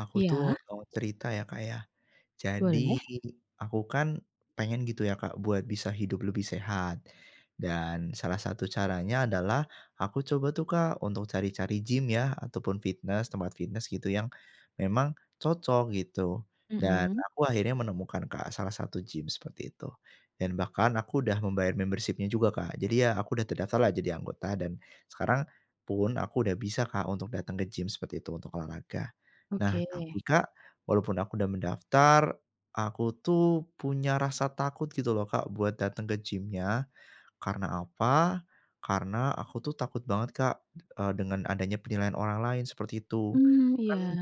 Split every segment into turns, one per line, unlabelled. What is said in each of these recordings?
Aku tuh
Iya,
mau cerita ya Kak ya. Jadi,
boleh.
aku kan pengen gitu ya Kak, buat bisa hidup lebih sehat. Dan salah satu caranya adalah aku coba tuh Kak, untuk cari-cari gym ya, ataupun tempat fitness gitu yang memang cocok gitu. Dan
Mhm.
aku akhirnya menemukan Kak, salah satu gym seperti itu. Dan bahkan aku udah membayar membershipnya juga Kak. Jadi ya aku udah terdaftar lah jadi anggota dan sekarang pun aku udah bisa Kak, untuk datang ke gym seperti itu untuk olahraga. Nah
Oke.
tapi Kak, walaupun aku udah mendaftar, aku tuh punya rasa takut gitu loh Kak buat datang ke gym-nya. Karena apa? Karena aku tuh takut banget Kak, dengan adanya penilaian orang lain seperti itu.
Mmm, iya,
Kan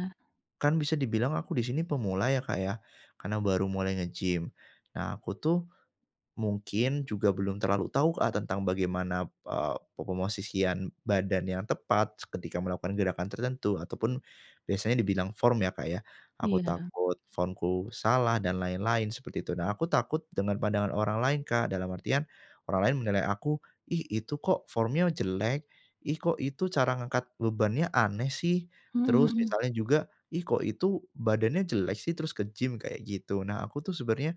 kan bisa dibilang aku di sini pemula ya Kak ya, karena baru mulai nge-gym. Nah aku tuh mungkin juga belum terlalu tahu, Kak, tentang bagaimana, pemosisian badan yang tepat ketika melakukan gerakan tertentu ataupun biasanya dibilang form ya, Kak, ya. Aku
iya.
takut formku salah dan lain-lain seperti itu. Nah, aku takut dengan pandangan orang lain, Kak, dalam artian orang lain menilai aku, "Ih, itu kok formnya jelek, ih, kok itu cara ngangkat bebannya aneh sih."
Mhm,
Terus
mhm.
misalnya juga, "Ih, kok itu badannya jelek sih terus ke gym," kayak gitu. Nah, aku tuh sebenarnya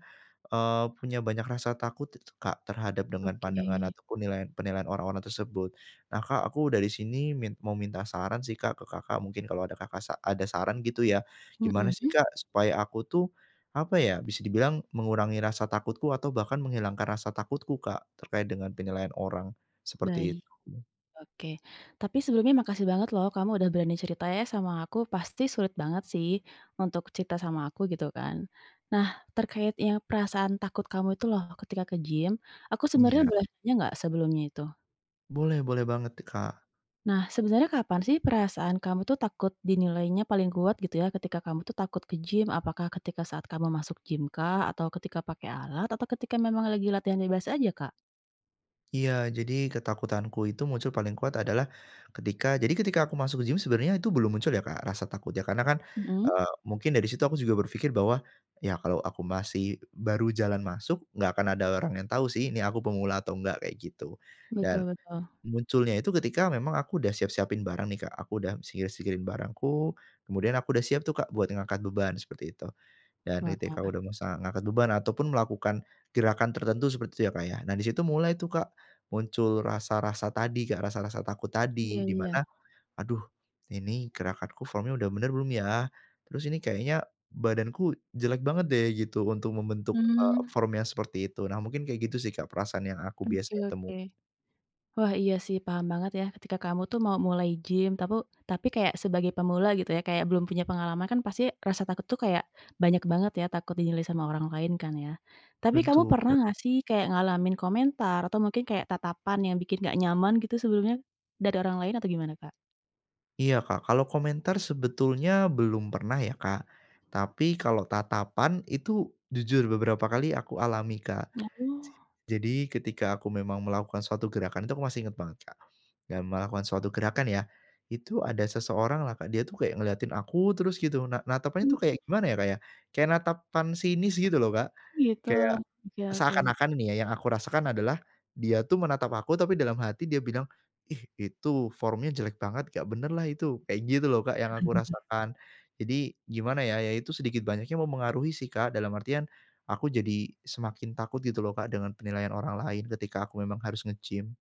Punya banyak rasa takut itu, Kak, terhadap dengan
Oke.
pandangan ataupun penilaian orang-orang tersebut. Nah, Kak, aku dari sini mau minta saran sih, Kak, ke Kakak mungkin kalau ada Kakak sa ada saran gitu ya. Gimana sih,
Mhm.
Kak, supaya aku tuh, apa ya, bisa dibilang mengurangi rasa takutku atau bahkan menghilangkan rasa takutku, Kak, terkait dengan penilaian orang, seperti
Baik.
itu.
Oke. Tapi sebelumnya makasih banget loh kamu udah berani cerita ya sama aku, pasti sulit banget sih untuk cerita sama aku gitu kan. Nah, terkait yang perasaan takut kamu itu loh ketika ke gym, aku sebenarnya
Iya,
boleh tanya nggak sebelumnya itu?
boleh boleh banget, Kak.
Nah, sebenarnya kapan sih perasaan kamu tuh takut dinilainya paling kuat gitu ya ketika kamu tuh takut ke gym? Apakah ketika saat kamu masuk gym kah? Atau ketika pakai alat? Atau ketika memang lagi latihan bebas aja Kak?
Iya, jadi ketakutanku itu muncul paling kuat adalah ketika aku masuk gym sebenarnya itu belum muncul ya, Kak, rasa takut ya, karena kan,
Mhm. Mhm?
mungkin dari situ aku juga berpikir bahwa, ya kalau aku masih baru jalan masuk, nggak akan ada orang yang tahu sih ini aku pemula atau enggak kayak gitu.
Betul,
Dan
betul.
munculnya itu ketika memang aku udah siap-siapin barang nih, Kak, aku udah singkir-singkirin barangku, kemudian aku udah siap tuh, Kak, buat ngangkat beban seperti itu. Dan ketika
Wah,
udah masa ngangkat beban ataupun melakukan gerakan tertentu seperti itu ya, Kak, ya. Nah, di situ mulai tuh, Kak, muncul rasa-rasa tadi, Kak, rasa-rasa takut
iya,
tadi, di
iya.
mana, "Aduh, ini gerakanku formnya udah bener belum ya? Terus ini kayaknya badanku jelek banget deh," gitu, untuk membentuk,
Mmm,
form yang seperti itu. Nah, mungkin kayak gitu sih, Kak, perasaan yang aku
oke,
biasanya temui.
oke. Wah, iya sih, paham banget ya, ketika kamu tuh mau mulai gym, tapi kayak sebagai pemula gitu ya, kayak belum punya pengalaman kan pasti rasa takut tuh kayak banyak banget ya, takut dinilai sama orang lain kan ya. Tapi kamu
Bentu
pernah nggak sih kayak ngalamin komentar atau mungkin kayak tatapan yang bikin nggak nyaman gitu sebelumnya, dari orang lain atau gimana, Kak?
Iya, Kak, kalau komentar sebetulnya belum pernah ya, Kak. Tapi kalau tatapan itu jujur beberapa kali aku alami, Kak. J
Oh.
jadi ketika aku memang melakukan suatu gerakan itu aku masih inget banget, Kak, dan melakukan suatu gerakan ya, itu ada seseorang lah, Kak, dia tuh kayak ngeliatin aku terus gitu. Nah natapannya
Mmm.
tuh kayak gimana ya, Kak, ya, kayak natapan sinis gitu loh, Kak.
Gitu.
Kayak
Oke, oke.
seakan-akan ini ya, yang aku rasakan adalah dia tuh menatap aku, tapi dalam hati dia bilang, "Ih, itu formnya jelek banget, gak bener lah itu." Kayak gitu loh, Kak, yang aku rasakan. Jadi gimana ya, ya itu sedikit banyaknya memengaruhi sih, Kak, dalam artian aku jadi semakin takut gitu loh, Kak, dengan penilaian orang lain ketika aku memang harus nge-gym.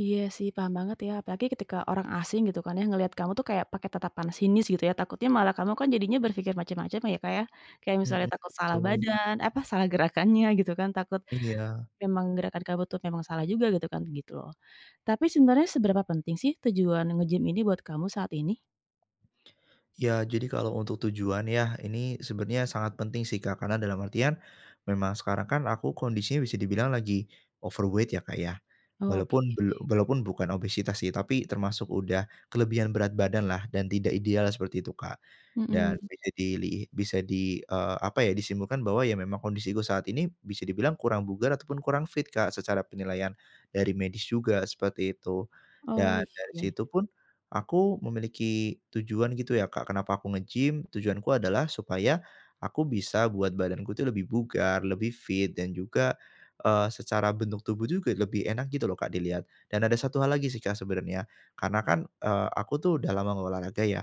Iya sih, paham banget ya, apalagi ketika orang asing gitu kan ya, ngelihat kamu tuh kayak pakai tatapan sinis gitu ya, takutnya malah kamu kan jadinya berpikir macam-macam ya, Kak, ya. Kayak
Mhm,
misalnya takut salah
betul.
badan, apa, salah gerakannya gitu kan, takut
Iya.
memang gerakan kamu tuh memang salah juga gitu kan, gitu loh. Tapi sebenarnya seberapa penting sih tujuan nge-gym ini buat kamu saat ini?
Ya, jadi kalau untuk tujuan ya, ini sebenarnya sangat penting sih Kak, karena dalam artian memang sekarang kan aku kondisinya bisa dibilang lagi overweight ya Kak ya.
Oh, oke.
Walaupun bukan obesitas sih, tapi termasuk udah kelebihan berat badan lah dan tidak ideal seperti itu Kak.
Mhm.
Dan bisa di, apa ya, disimpulkan bahwa ya memang kondisiku saat ini bisa dibilang kurang bugar ataupun kurang fit Kak, secara penilaian dari medis juga, seperti itu.
Oh,
Dan
iya,
dari
iya.
situ pun aku memiliki tujuan gitu ya Kak, kenapa aku nge-gym, tujuanku adalah supaya aku bisa buat badanku tuh lebih bugar, lebih fit, dan juga, secara bentuk tubuh juga lebih enak gitu loh Kak dilihat. Dan ada satu hal lagi sih Kak sebenarnya, karena kan, aku tuh udah lama nggak olahraga ya.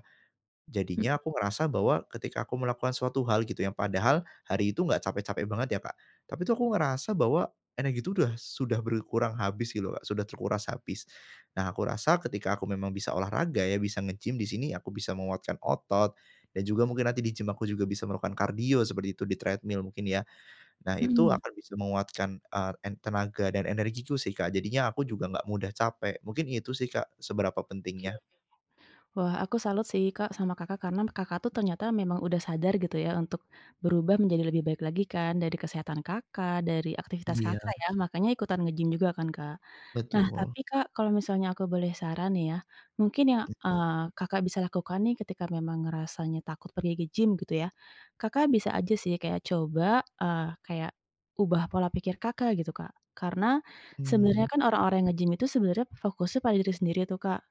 Mhm,
Jadinya aku ngerasa bahwa ketika aku melakukan suatu hal gitu yang padahal hari itu nggak capek-capek banget ya, Kak. Tapi tuh aku ngerasa bahwa energi itu sudah berkurang habis gitu, loh Kak, sudah terkuras habis. Nah, aku rasa ketika aku memang bisa olahraga ya, bisa nge-gym di sini aku bisa menguatkan otot dan juga mungkin nanti di gym aku juga bisa melakukan kardio seperti itu di treadmill mungkin ya. Nah, itu
mhm.
akan bisa menguatkan, eee, en tenaga dan energiku sih, Kak. Jadinya aku juga nggak mudah capek. Mungkin itu sih, Kak, seberapa
Oke.
pentingnya.
Wah, aku salut sih, Kak, sama Kakak karena Kakak tuh ternyata memang udah sadar gitu ya untuk berubah menjadi lebih baik lagi kan dari kesehatan Kakak, dari aktivitas Kakak
Iya.
ya, makanya ikutan nge-gym juga kan, Kak. Nah,
Betul,
tapi Kak, kalau misalnya aku boleh saran nih ya, mungkin yang, Kakak bisa lakukan nih ketika memang ngerasanya takut pergi ke gym gitu ya, Kakak bisa aja sih kayak coba, kayak ubah pola pikir Kakak gitu, Kak. Karena sebenarnya
mhm.
kan orang-orang yang nge-gym itu sebenarnya fokusnya pada diri sendiri tuh, Kak.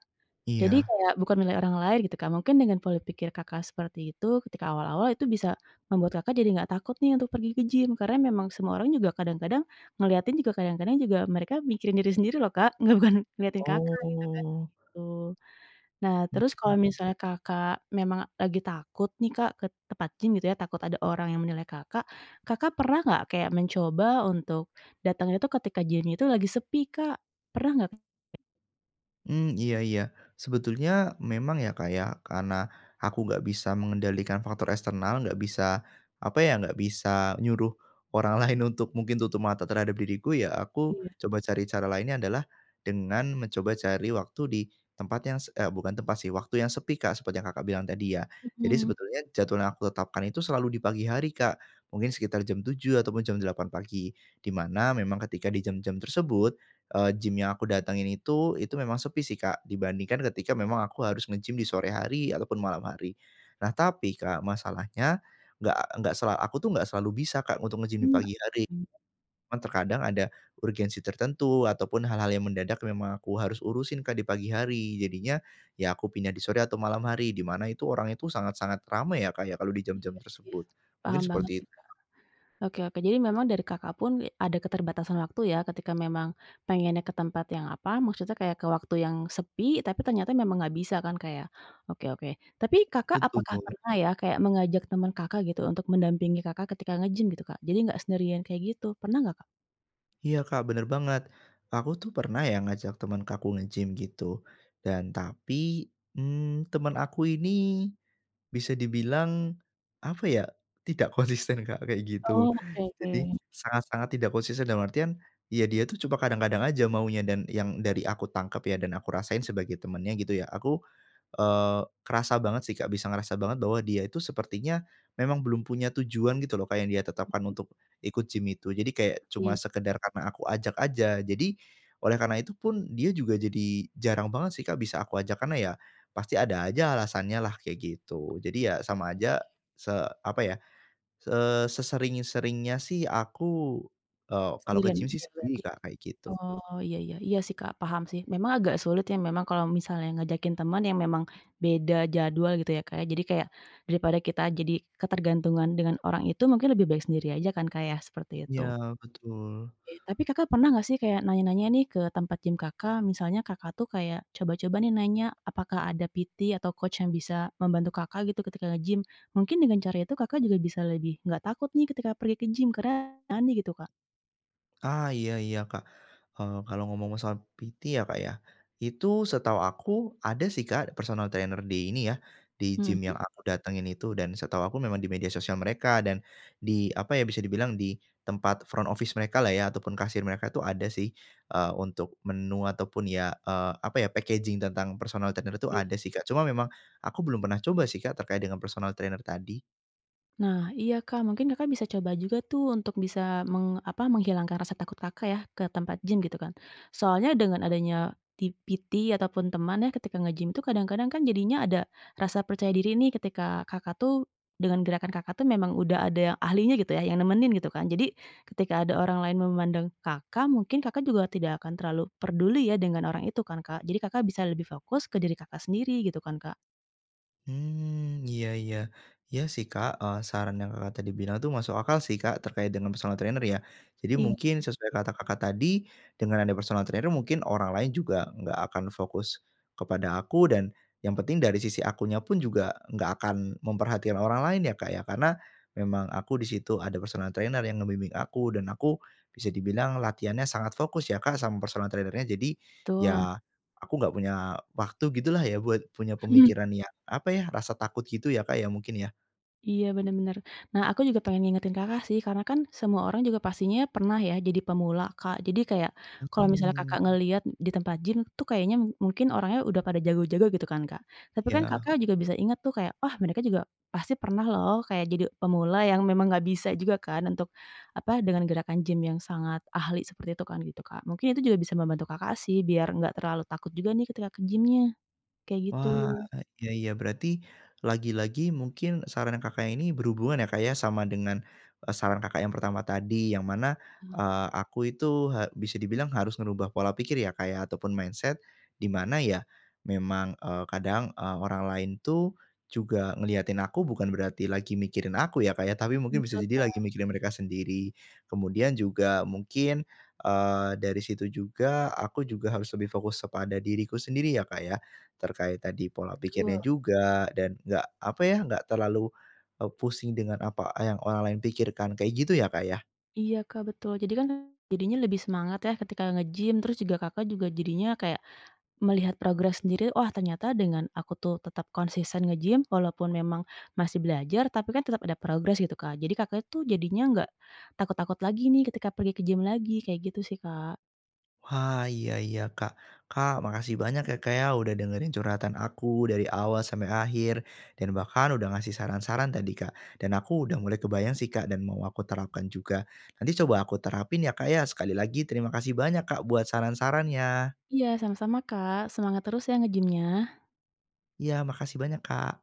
Jadi
Iya.
kayak bukan menilai orang lain gitu, Kak, mungkin dengan pola pikir Kakak seperti itu ketika awal-awal itu bisa membuat Kakak jadi nggak takut nih untuk pergi ke gym, karena memang semua orang juga kadang-kadang ngeliatin juga kadang-kadang juga mereka mikirin diri sendiri loh, Kak, nggak bukan ngeliatin Kakak gitu kan,
Oh,
gitu. Nah, terus kalau
mhm.
misalnya Kakak memang lagi takut nih, Kak, ke tempat gym gitu ya, takut ada orang yang menilai Kakak, Kakak pernah nggak kayak mencoba untuk datangnya itu ketika gymnya itu lagi sepi, Kak? Pernah nggak?
Hmm, iya iya. Sebetulnya memang ya, Kak, ya, karena aku nggak bisa mengendalikan faktor eksternal, nggak bisa, apa ya, nggak bisa nyuruh orang lain untuk mungkin tutup mata terhadap diriku, ya aku
Iya.
coba cari cara lainnya adalah dengan mencoba cari waktu di tempat yang se eee, bukan tempat sih, waktu yang sepi, Kak, seperti yang Kakak bilang tadi ya. Jadi
Mhm.
sebetulnya jadwal yang aku tetapkan itu selalu di pagi hari, Kak, mungkin sekitar jam 7 ataupun jam 8 pagi, di mana memang ketika di jam-jam tersebut gym yang aku datangin itu memang sepi sih, Kak, dibandingkan ketika memang aku harus nge-gym di sore hari ataupun malam hari. Nah, tapi Kak, masalahnya nggak nggak selalu bisa, Kak, untuk nge-gym di
Mmm,
pagi hari.
oke.
Cuman terkadang ada urgensi tertentu ataupun hal-hal yang mendadak yang memang aku harus urusin, Kak, di pagi hari. Jadinya ya aku pindah di sore atau malam hari, di mana itu orang itu sangat-sangat ramai ya, Kak, ya, kalau di jam-jam
Iya sih,
tersebut. Mungkin
paham banget
seperti
sih,
itu.
Kak. Oke, oke, jadi memang dari Kakak pun ada keterbatasan waktu ya, ketika memang pengennya ke tempat yang apa, maksudnya kayak ke waktu yang sepi, tapi ternyata memang nggak bisa kan, Kak, ya? Oke, oke. Tapi Kakak
Betul.
apakah pernah ya, kayak mengajak teman Kakak gitu, untuk mendampingi Kakak ketika nge-gym gitu, Kak? Jadi nggak sendirian kayak gitu, pernah nggak, Kak?
Iya Kak, bener banget. Aku tuh pernah ya ngajak teman aku nge-gym gitu. Dan tapi temen aku ini bisa dibilang apa ya, tidak konsisten Kak, kayak
Oh,
gitu.
oke, oke.
Jadi sangat-sangat tidak konsisten dalam artian, ya dia tuh cuma kadang-kadang aja maunya dan yang dari aku tangkap ya dan aku rasain sebagai temennya gitu ya, kerasa banget sih, Kak, bisa ngerasa banget bahwa dia itu sepertinya memang belum punya tujuan gitu loh, Kak, yang dia tetapkan untuk ikut gym itu. Jadi kayak cuma
Gitu.
sekedar karena aku ajak aja. Jadi oleh karena itu pun dia juga jadi jarang banget sih, Kak, bisa aku ajak karena ya pasti ada aja alasannya lah kayak gitu. Jadi ya sama aja se apa ya, eee, sesering-seringnya sih aku, kalau ke
Sendirian
gym
aja
sih
ya
sendiri,
berarti?
Kak, kayak gitu.
Oh, iya, iya, iya sih, Kak, paham sih. Memang agak sulit ya memang kalau misalnya ngajakin teman yang memang beda jadwal gitu ya, Kak, ya. Jadi kayak daripada kita jadi ketergantungan dengan orang itu mungkin lebih baik sendiri aja kan, Kak, ya, seperti
Ya
itu.
betul.
Oke, tapi Kakak pernah nggak sih kayak nanya-nanya nih ke tempat gym Kakak, misalnya Kakak tuh kayak coba-coba nih nanya apakah ada PT atau coach yang bisa membantu Kakak gitu ketika nge-gym. Mungkin dengan cara itu Kakak juga bisa lebih nggak takut nih ketika pergi ke gym karena berani gitu, Kak.
Ah, iya iya, Kak. Kalau ngomong masalah PT ya, Kak, ya, itu setahu aku ada sih, Kak, personal trainer di ini ya, di gym
Mhm.
yang aku datengin itu dan setahu aku memang di media sosial mereka dan di apa ya, bisa dibilang di tempat front office mereka lah ya ataupun kasir mereka itu ada sih, untuk menu ataupun ya, apa ya, packaging tentang personal trainer itu ada sih, Kak. Cuma memang aku belum pernah coba sih, Kak, terkait dengan personal trainer tadi.
Nah, iya Kak, mungkin Kakak bisa coba juga tuh untuk bisa menghilangkan rasa takut Kakak ya, ke tempat gym gitu kan. Soalnya dengan adanya PT ataupun teman ya ketika nge-gym itu kadang-kadang kan jadinya ada rasa percaya diri nih ketika Kakak tuh dengan gerakan Kakak tuh memang udah ada yang ahlinya gitu ya, yang nemenin gitu kan. Jadi ketika ada orang lain memandang Kakak, mungkin Kakak juga tidak akan terlalu peduli ya dengan orang itu kan Kak. Jadi Kakak bisa lebih fokus ke diri Kakak sendiri gitu kan Kak.
Hmm, iya iya. Iya sih, Kak, saran yang Kakak tadi bilang tuh masuk akal sih, Kak, terkait dengan personal trainer ya. Jadi
Iya,
mungkin sesuai kata Kakak tadi, dengan ada personal trainer mungkin orang lain juga nggak akan fokus kepada aku dan yang penting dari sisi akunya pun juga nggak akan memperhatikan orang lain ya, Kak, ya. Karena memang aku di situ ada personal trainer yang ngebimbing aku dan aku bisa dibilang latihannya sangat fokus ya, Kak, sama personal trainer. Jadi
betul.
ya aku nggak punya waktu gitulah ya buat punya pemikiran yang, apa ya, rasa takut gitu ya, Kak, ya mungkin ya?
Iya, bener, bener. Nah, aku juga pengen ngingetin Kakak sih, karena kan semua orang juga pastinya pernah ya jadi pemula, Kak. Jadi kayak kalau Mhm. misalnya
Mhm.
Kakak ngelihat di tempat gym tuh kayaknya mungkin orangnya udah pada jago-jago gitu kan, Kak. Tapi kan
Iya.
Kakak juga bisa inget tuh kayak, "Wah, mereka juga pasti pernah loh kayak jadi pemula yang memang nggak bisa juga kan untuk apa, dengan gerakan gym yang sangat ahli seperti itu kan," gitu, Kak. Mungkin itu juga bisa membantu Kakak sih biar nggak terlalu takut juga nih ketika ke gymnya kayak gitu.
Wah, iya iya, berarti lagi-lagi mungkin saran Kakak ini berhubungan ya, Kak, ya, sama dengan, saran Kakak yang pertama tadi, yang mana, eee, aku itu ha bisa dibilang harus ngerubah pola pikir ya, Kak, ya, ataupun mindset, di mana ya memang, kadang, orang lain tuh juga ngeliatin aku bukan berarti lagi mikirin aku ya, Kak, ya, tapi mungkin bisa
Betul,
jadi lagi
Kak.
mikirin mereka sendiri. Kemudian juga mungkin, dari situ juga aku juga harus lebih fokus kepada diriku sendiri ya, Kak, ya? Terkait tadi pola pikirnya juga dan nggak, apa ya, nggak terlalu, pusing dengan apa yang orang lain pikirkan, kayak gitu ya, Kak, ya?
Iya, Kak, betul. Jadi kan jadinya lebih semangat ya ketika nge-gym, terus juga Kakak juga jadinya kayak melihat progres sendiri, "Wah, ternyata dengan aku tuh tetap konsisten nge-gym walaupun memang masih belajar, tapi kan tetap ada progres," gitu, Kak. Jadi Kakak tuh jadinya nggak takut-takut lagi nih ketika pergi ke gym lagi, kayak gitu sih, Kak.
Wah, iya iya, Kak. Kak, makasih banyak ya, Kak, ya, udah dengerin curhatan aku dari awal sampai akhir dan bahkan udah ngasih saran-saran tadi, Kak, dan aku udah mulai kebayang sih, Kak, dan mau aku terapkan juga. Nanti coba aku terapin ya, Kak, ya. Sekali lagi terima kasih banyak, Kak, buat saran-sarannya.
Iya, sama-sama, Kak. Semangat terus ya nge gym
Iya, makasih banyak, Kak.